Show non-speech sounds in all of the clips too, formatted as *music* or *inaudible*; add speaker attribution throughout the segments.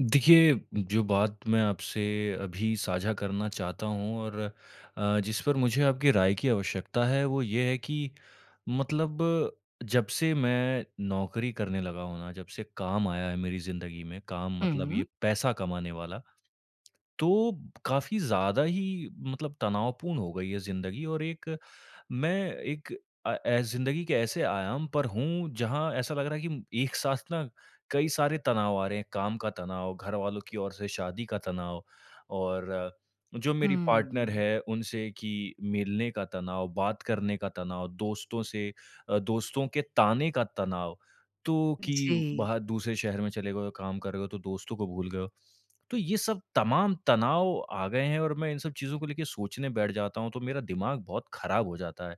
Speaker 1: देखिए, जो बात मैं आपसे अभी साझा करना चाहता हूँ और जिस पर मुझे आपकी राय की आवश्यकता है, वो ये है कि मतलब जब से मैं नौकरी करने लगा हूँ ना, जब से काम आया है मेरी ज़िंदगी में, काम मतलब
Speaker 2: हुँ।
Speaker 1: ये पैसा कमाने वाला, तो काफ़ी ज़्यादा ही मतलब तनावपूर्ण हो गई है ज़िंदगी और एक मैं एक अ, ए ज़िंदगी के ऐसे आयाम पर हूँ, जहाँ ऐसा लग रहा है कि एक साथ ना कई सारे तनाव आ रहे हैं। काम का तनाव, घरवालों की ओर से शादी का तनाव और जो मेरी पार्टनर
Speaker 2: हुँ।
Speaker 1: है, उनसे कि मिलने का तनाव, बात करने का तनाव, दोस्तों के ताने का तनाव। तो कि
Speaker 2: जी,
Speaker 1: बाहर दूसरे शहर में चले गए हो, काम कर रहे हो, तो दोस्तों को भूल गए हो। तो ये सब तमाम तनाव आ गए हैं और मैं इन सब चीज़ों को लेके सोचने बैठ जाता हूँ, तो मेरा दिमाग बहुत खराब हो जाता है।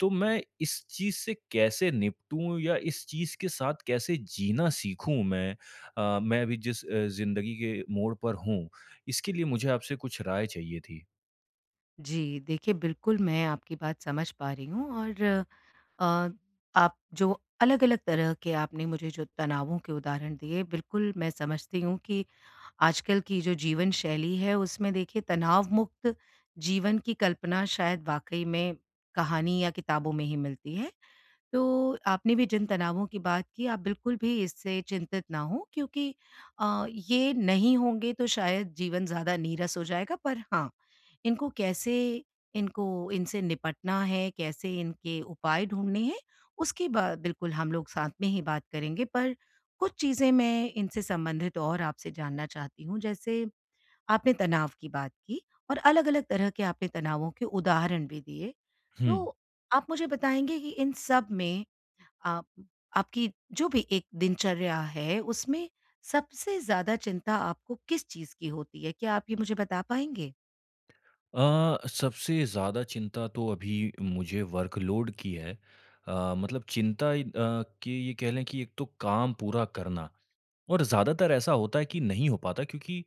Speaker 1: तो मैं इस चीज़ से कैसे निपटूँ या इस चीज़ के साथ कैसे जीना सीखूँ मैं? मैं अभी जिस ज़िंदगी के मोड़ पर हूँ, इसके लिए मुझे आपसे कुछ राय चाहिए थी।
Speaker 2: जी। देखिए, बिल्कुल मैं आपकी बात समझ पा रही हूँ। और अ, आप जो अलग-अलग तरह के आपने मुझे जो तनावों के उदाहरण दिए, बिल्कुल मैं समझती हूँ कि आजकल की जो जीवन शैली है, उसमें देखिए तनाव मुक्त जीवन की कल्पना शायद वाक़ई में कहानी या किताबों में ही मिलती है। तो आपने भी जिन तनावों की बात की, आप बिल्कुल भी इससे चिंतित ना हों क्योंकि ये नहीं होंगे तो शायद जीवन ज़्यादा नीरस हो जाएगा। पर हाँ, इनको कैसे इनको इनसे निपटना है, कैसे इनके उपाय ढूँढने हैं, उसकी बा बिल्कुल हम लोग साथ में ही बात करेंगे। पर कुछ चीज़ें मैं इनसे संबंधित और आपसे जानना चाहती हूँ। जैसे आपने तनाव की बात की और अलग-अलग तरह के आपने तनावों के उदाहरण भी दिए।
Speaker 1: हुँ।
Speaker 2: तो आप मुझे बताएँगे कि इन सब में आप आपकी जो भी एक दिनचर्या है, उसमें सबसे ज़्यादा चिंता आपको किस चीज़ की होती है? क्या आप ये मुझे बता पाएँगे?
Speaker 1: सबसे ज़्यादा चिंता तो अभी मुझे वर्कलोड की है। कि ये कह लें कि एक तो काम पूरा करना और ज़्यादातर ऐसा होता है कि नहीं हो पाता क्योंकि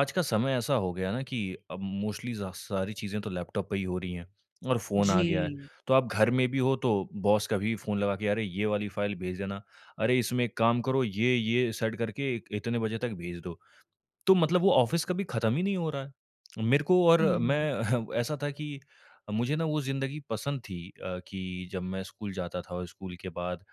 Speaker 1: आज का समय ऐसा हो गया ना कि अब मोस्टली सारी चीज़ें तो लैपटॉप पे ही हो रही हैं और फ़ोन आ गया है।
Speaker 2: जी।
Speaker 1: तो आप घर में भी हो तो बॉस का भी फ़ोन लगा के अरे ये वाली फ़ाइल भेज देना, अरे इसमें एक काम करो ये सेट करके इत इतने बजे तक भेज दो। तो मतलब वो ऑफ़िस कभी ख़त्म ही नहीं हो रहा है। मेरे को और
Speaker 2: हुँ।
Speaker 1: मैं *laughs* ऐसा था कि मुझे ना वो ज़िंदगी पसंद थी कि जब मैं स्कूल जाता था और स्कूल के बाद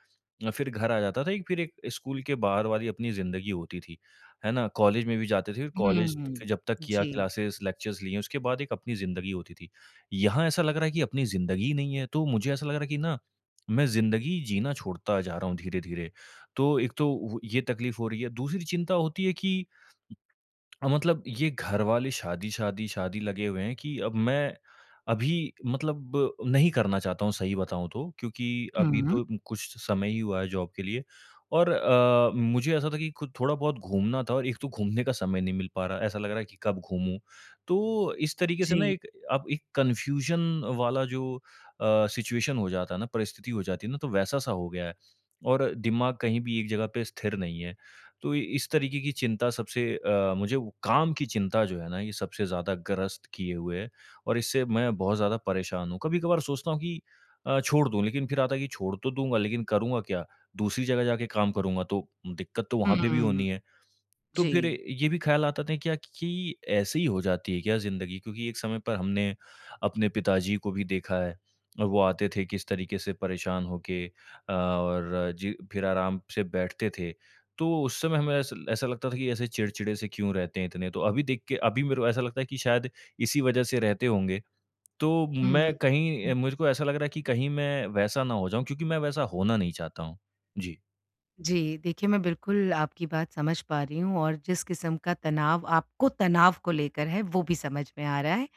Speaker 1: फिर घर आ जाता था, एक फिर एक स्कूल के बाहर वाली अपनी ज़िंदगी होती थी, है ना? कॉलेज में भी जाते थे, कॉलेज
Speaker 2: हुँ।
Speaker 1: जब तक किया
Speaker 2: जी।
Speaker 1: क्लासेस, लेक्चर्स लिए, उसके बाद एक अपनी ज़िंदगी होती थी। यहाँ ऐसा लग रहा है कि अपनी ज़िंदगी ही नहीं है, तो मुझे ऐसा लग रहा है कि ना, मैं ज़िंदगी जीना छोड़ता जा रहा हूँ धीरे-धीरे। तो एक तो वो ये तकलीफ़ हो रही है, दूसरी चिंता होती है कि मतलब ये घर वाले शादी, शादी, शादी लगे हुए हैं कि अब मैं अभी मतलब नहीं करना चाहता हूँ सही बताऊँ तो क्योंकि अभी
Speaker 2: हुँ।
Speaker 1: तो कुछ समय ही हुआ है जॉब के लिए और मुझे ऐसा था कि खुद थोड़ा बहुत घूमना था और एक तो घूमने का समय नहीं मिल पा रहा, ऐसा लग रहा है कि कब घूमूँ। तो इस तरीके से ना
Speaker 2: जी।
Speaker 1: एक अब एक कन्फ्यूज़न वाला सिचुएशन हो जाता है ना, परिस्थिति हो जाती है ना, तो वैसा-सा हो गया है और दिमाग कहीं भी एक जगह पे स्थिर नहीं है। तो इस तरीके की चिंता मुझे वो काम की चिंता जो है ना ये सबसे ज़्यादा ग्रस्त किए हुए है और इससे मैं बहुत ज़्यादा परेशान हूँ। कभी-कभार सोचता हूँ कि छोड़ दूँ लेकिन फिर आता है कि छोड़ तो दूँगा लेकिन करूँगा क्या? दूसरी जगह जाके काम करूँगा तो दिक्कत तो वहाँ पे भी
Speaker 2: हुँ,
Speaker 1: होनी है। तो फिर
Speaker 2: जी।
Speaker 1: ये भी ख्याल आता था क्या कि ऐसे ही हो जाती है क्या ज़िंदगी? क्योंकि एक समय पर हमने अपने पिताजी को भी देखा है। वो आते थे किस तरीके से परेशान होके और जी फिर आराम से बैठते थे। तो उस समय हमें ऐसा ऐसा लगता था कि ऐसे चिड़चिड़े से क्यों रहते हैं इतने? तो अभी देख के अभी मेरे को ऐसा लगता है कि शायद इसी वज़ह से रहते होंगे। तो
Speaker 2: हुँ।
Speaker 1: मुझको ऐसा लग रहा है कि कहीं मैं वैसा ना हो जाऊँ क्योंकि मैं वैसा होना नहीं चाहता हूँ। जी।
Speaker 2: जी, देखिए मैं बिल्कुल आपकी बात समझ पा रही हूँ और जिस किस्म का तनाव आपको तनाव को लेकर है, वो भी समझ में आ रहा है।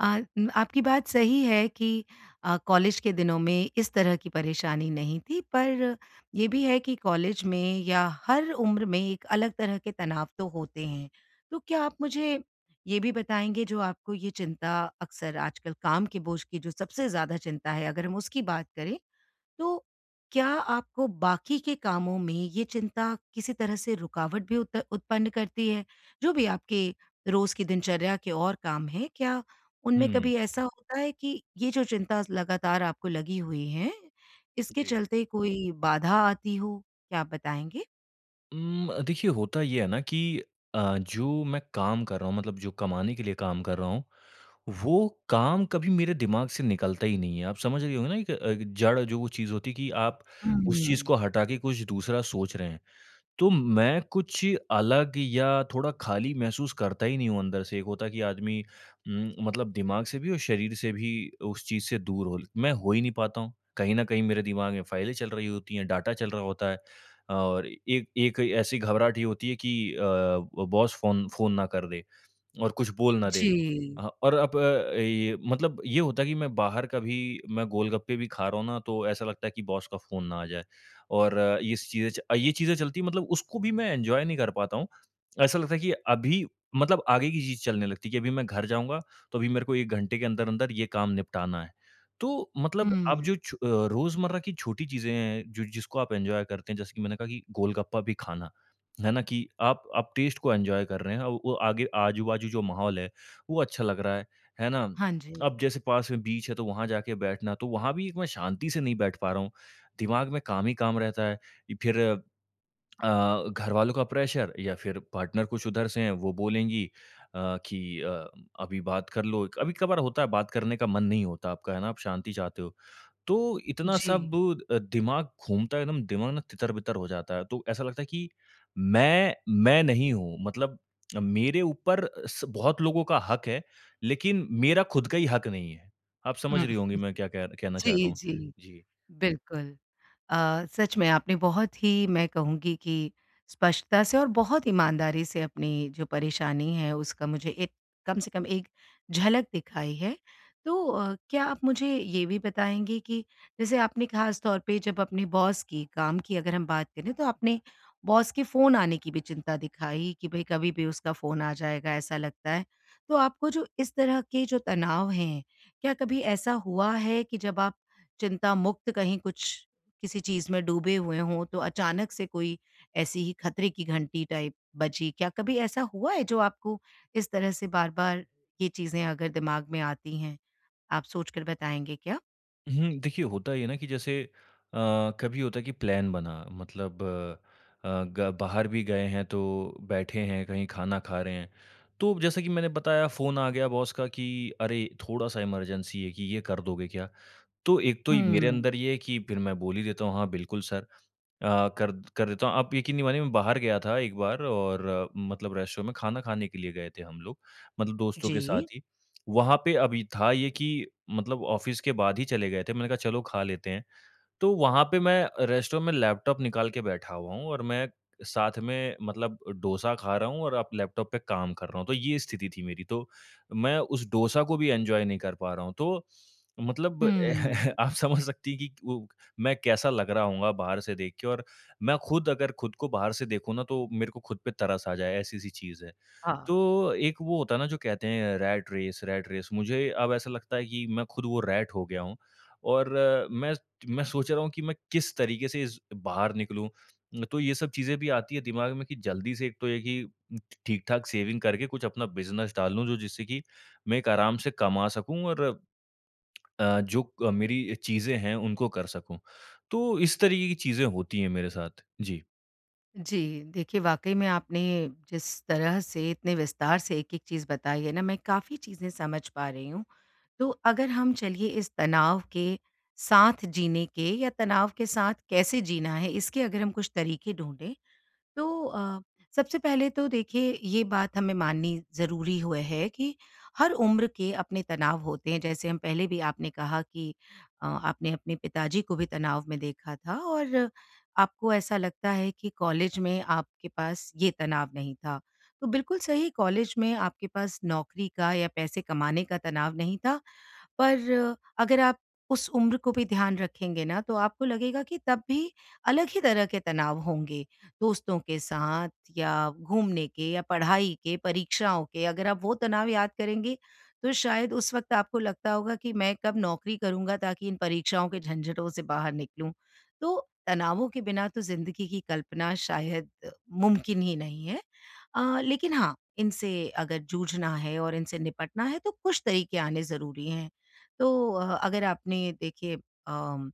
Speaker 2: आपकी बात सही है कि कॉलेज के दिनों में इस तरह की परेशानी नहीं थी, पर ये भी है कि कॉलेज में या हर उम्र में एक अलग तरह के तनाव तो होते हैं। तो क्या आप मुझे ये भी बताएँगे जो आपको ये चिंता अक्सर आजकल काम के बोझ की जो सबसे ज़्यादा चिंता है, अगर हम उसकी बात करें, तो क्या आपको बाकी के कामों में ये चिंता किसी तरह से रुकावट भी उत उत्पन्न करती है? जो भी आपके रोज़ की दिनचर्या के और काम हैं, क्या उनमें
Speaker 1: हुँ।
Speaker 2: कभी ऐसा होता है कि ये जो चिंता लगातार आपको लगी हुई है, इसके
Speaker 1: जी।
Speaker 2: चलते कोई बाधा आती हो? क्या आप बताएँगे?
Speaker 1: देखिए होता ये है ना कि जो मैं काम कर रहा हूँ मतलब जो कमाने के लिए काम कर रहा हूँ, वो काम कभी मेरे दिमाग से निकलता ही नहीं है। आप समझ रही होंगी ना एक जड़ जो वो चीज़ होती है कि आप उस
Speaker 2: हुँ।
Speaker 1: चीज़ को हटा के कुछ दूसरा सोच रहे हैं। तो मैं कुछ अलग या थोड़ा खाली महसूस करता ही नहीं हूँ अंदर से। एक होता है कि आदमी मतलब दिमाग से भी और शरीर से भी उस चीज़ से दूर हो। मैं हो ही नहीं पाता हूँ। कहीं न कहीं मेरे दिमाग में फाइलें चल रही होती हैं, डाटा चल रहा होता है और एक एक ऐसी घबराहट ये होती है कि बॉस फ़ोन फ़ोन ना कर दे। और कुछ बोल ना दे।
Speaker 2: जी।
Speaker 1: ये मतलब ये होता है कि मैं बाहर कभी मैं गोलगप्पे भी खा रहा हूँ ना, तो ऐसा लगता है कि बॉस का फ़ोन ना आ जाए और इस चीज़ें च ये चीज़ें चलती हैं मतलब उसको भी मैं एन्जॉय नहीं कर पाता हूँ। ऐसा लगता है कि अभी मतलब आगे की चीज़ चलने लगती है कि अभी मैं घर जाऊँगा, तो अभी मेरे को 1 घंटे के अंदर-अंदर ये काम निपटाना है। तो मतलब आप
Speaker 2: हुँ।
Speaker 1: जो छ अ, रोज़मर्रा की छोटी चीज़ें हैं, जो जिसको आप एन्जॉय करते हैं, जैसे कि मैंने कहा कि गोलगप्पा भी खाना। है ना? कि आप टेस्ट को एन्जॉय कर रहे हैं, और वो आगे आजू-बाजू जो माहौल है, वो अच्छा लग रहा है ना?
Speaker 2: हाँ जी।
Speaker 1: अब जैसे पास में बीच है, तो वहाँ जाके बैठना, तो वहाँ भी एक मैं शांति से नहीं बैठ पा रहा हूँ। दिमाग में काम ही काम रहता है। फिर घर वालों का प्रेशर या फिर पार्टनर कुछ उधर से हैं वो बोलेंगी अ, कि अ, अभी बात कर लो कभी कभार होता है बात करने का मन नहीं होता आपका है ना आप शांति चाहते हो तो इतना
Speaker 2: जी।
Speaker 1: सब दिमाग घूमता है एकदम दिमाग ना तितर बितर हो जाता है तो ऐसा लगता है कि मैं मैं नहीं हूँ मतलब मेरे ऊपर बहुत लोगों का हक है लेकिन मेरा खुद का ही हक नहीं है आप समझ
Speaker 2: हुँ।
Speaker 1: रही होंगी मैं क्या कहना चाह रहा
Speaker 2: जी,
Speaker 1: हूँ।
Speaker 2: जी।
Speaker 1: जी।
Speaker 2: बिल्कुल। अ, सच में आपने बहुत ही मैं कहूँगी कि स्पष्टता से और बहुत ईमानदारी से अपनी जो परेशानी है उसका मुझे एक कम से कम एक झलक दिखाई है। तो क्या आप मुझे ये भी बताएँगे कि जैसे आपने ख़ास तौर पे जब अपने बॉस की काम की अगर हम बात करें तो आपने बॉस के फ़ोन आने की भी चिंता दिखाई कि भई कभी भी उसका फ़ोन आ जाएगा ऐसा लगता है। तो आपको जो इस तरह के जो तनाव हैं, क्या कभी ऐसा हुआ है कि जब आप चिंता मुक्त कहीं कुछ किसी चीज में डूबे हुए हों तो अचानक से कोई ऐसी ही खतरे की घंटी टाइप बजी, क्या कभी ऐसा हुआ है जो आपको इस तरह से बार बार ये चीजें अगर दिमाग में आती हैं, आप सोचकर बताएंगे क्या?
Speaker 1: हुँ, देखिए होता ये है ना कि जैसे कभी होता है कि प्लान बना मतलब अ, अ, ग बाहर भी गए हैं तो बैठे हैं, कहीं खाना खा रहे हैं। तो जैसा कि मैंने बताया फ़ोन आ गया बॉस का कि अरे! थोड़ा-सा इमरजेंसी है कि ये कर दोगे क्या? तो एक तो ये मेरे अंदर
Speaker 2: हम्म।
Speaker 1: ये है कि फिर मैं बोल ही देता हूँ हाँ, बिल्कुल सर। कर देता हूँ। आप यकीन नहीं मानिए मैं बाहर गया था एक बार और मतलब रेस्टोरेंट में खाना खाने के लिए गए थे हम लोग, मतलब दोस्तों के साथ
Speaker 2: जी।
Speaker 1: ही। वहाँ पे अभी था ये कि मतलब ऑफ़िस के बाद ही चले गए थे। मैंने कहा चलो खा लेते हैं। तो वहाँ पे मैं रेस्टो में लैपटॉप निकाल के बैठा हुआ हूँ और मैं साथ में मतलब डोसा खा रहा हूँ और आप लैपटॉप पे काम कर रहा हूँ, तो ये स्थिति थी मेरी। तो मैं उस डोसा को भी एन्जॉय नहीं कर पा रहा हूँ। तो मतलब *laughs*
Speaker 2: हम्म।
Speaker 1: आप समझ सकती हैं कि वो मैं कैसा लग रहा होऊँगा बाहर से देख के और मैं खुद अगर खुद को बाहर से देखूँ ना, तो मेरे को खुद पे तरस आ जाए, ऐसी-सी चीज़ है।
Speaker 2: हाँ।
Speaker 1: तो एक वो होता है ना, जो कहते हैं रैट रेस, मुझे अब ऐसा लगता है कि मैं खुद वो रैट हो गया हूँ और मैं सोच रहा हूँ कि मैं किस तरीके से इस बाहर निकलूँ। तो ये सब चीज़ें भी आती है दिमाग में कि जल्दी से एक तो ये कि ठीक-ठाक सेविंग करके कुछ अपना बिज़नेस डाल लूँ, जो जिससे कि मैं एक आराम से कमा सकूँ और मेरी चीज़ें हैं, उनको कर सकूँ। तो इस तरीके की चीज़ें होती हैं मेरे साथ। जी।
Speaker 2: जी, देखिए वाकई में आपने जिस तरह से इतने विस्तार से एक एक चीज़ बताई है ना, मैं काफ़ी चीज़ें समझ पा रही हूँ। तो अगर हम चलिए इस तनाव के साथ जीने के या तनाव के साथ कैसे जीना है, इसके अगर हम कुछ तरीके ढूंढें तो सबसे पहले तो देखिए ये बात हमें माननी ज़रूरी हुए है कि हर उम्र के अपने तनाव होते हैं। जैसे हम पहले भी आपने कहा कि आपने अपने पिताजी को भी तनाव में देखा था और आपको ऐसा लगता है कि कॉलेज में आपके पास ये तनाव नहीं था, तो बिल्कुल सही, कॉलेज में आपके पास नौकरी का या पैसे कमाने का तनाव नहीं था। पर अगर आप उस उम्र को भी ध्यान रखेंगे ना, तो आपको लगेगा कि तब भी अलग ही तरह के तनाव होंगे, दोस्तों के साथ या घूमने के या पढ़ाई के, परीक्षाओं के। अगर आप वो तनाव याद करेंगे, तो शायद उस वक़्त आपको लगता होगा कि मैं कब नौकरी करूँगा ताकि इन परीक्षाओं के झंझटों से बाहर निकलूँ। तो तनावों के बिना तो ज़िंदगी की कल्पना शायद मुमकिन ही नहीं है। लेकिन हाँ, इनसे अगर जूझना है और इनसे निपटना है, तो कुछ तरीके आने ज़रूरी हैं। तो अगर आपने देखिए अम,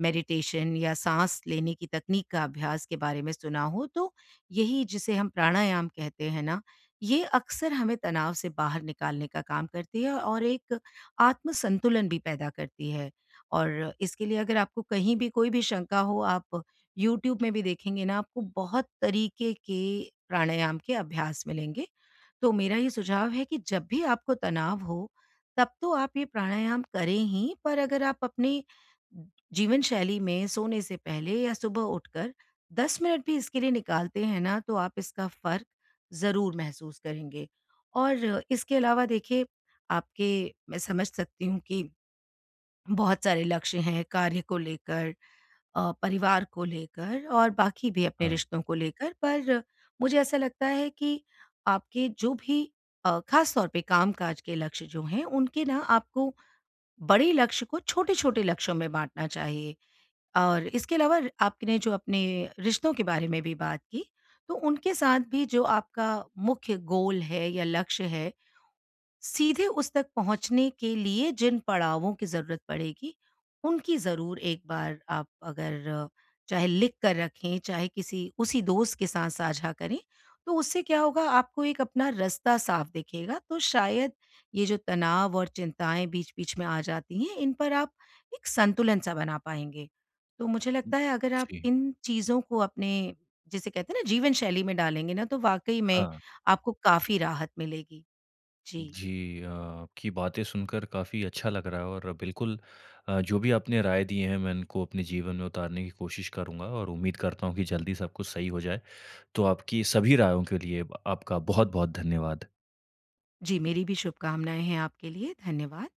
Speaker 2: मेडिटेशन या साँस लेने की तकनीक का अभ्यास के बारे में सुना हो, तो यही जिसे हम प्राणायाम कहते हैं ना, ये अक्सर हमें तनाव से बाहर निकालने का काम करती है और एक आत्म-संतुलन भी पैदा करती है। और इसके लिए अगर आपको कहीं भी कोई भी शंका हो, आप यूट्यूब में भी देखेंगे ना, आपको बहुत तरीके के प्राणायाम के अभ्यास मिलेंगे। तो मेरा ये सुझाव है कि जब भी आपको तनाव हो, तब तो आप ये प्राणायाम करें ही, पर अगर आप अपने जीवन शैली में सोने से पहले या सुबह उठकर 10 मिनट भी इसके लिए निकालते हैं ना, तो आप इसका फर्क जरूर महसूस करेंगे। और इसके अलावा देखिए आपके, मैं समझ सकती हूँ कि बहुत सारे लक्ष्य हैं कार्य को लेकर, परिवार को लेकर और बाकी भी अपने
Speaker 1: हाँ।
Speaker 2: रिश्तों को लेकर। पर मुझे ऐसा लगता है कि आपके जो भी खास तौर पे काम काज के लक्ष्य जो हैं उनके ना आपको बड़े लक्ष्य को छोटे छोटे लक्ष्यों में बांटना चाहिए। और इसके अलावा आपने जो अपने रिश्तों के बारे में भी बात की, तो उनके साथ भी जो आपका मुख्य गोल है या लक्ष्य है, सीधे उस तक पहुँचने के लिए जिन पड़ावों की ज़रूरत पड़ेगी, उनकी ज़रूर एक बार आप अगर चाहे लिख कर रखें, चाहे किसी उसी दोस्त के साथ साझा करें, तो उससे क्या होगा आपको एक अपना रास्ता साफ दिखेगा। तो शायद ये जो तनाव और चिंताएँ बीच-बीच में आ जाती हैं, इन पर आप एक संतुलन-सा बना पाएँगे। तो मुझे लगता है अगर आप
Speaker 1: जी।
Speaker 2: इन चीज़ों को अपने जिसे कहते हैं ना जीवन शैली में डालेंगे ना, तो वाक़ई में
Speaker 1: हाँ।
Speaker 2: आपको काफ़ी राहत मिलेगी। जी।
Speaker 1: जी, आपकी बातें सुनकर काफ़ी अच्छा लग रहा है और बिल्कुल जो भी आपने राय दी हैं मैं इनको अपने जीवन में उतारने की कोशिश करूँगा और उम्मीद करता हूँ कि जल्दी सब कुछ सही हो जाए। तो आपकी सभी रायों के लिए आपका बहुत-बहुत धन्यवाद।
Speaker 2: जी, मेरी भी शुभकामनाएँ हैं आपके लिए। धन्यवाद।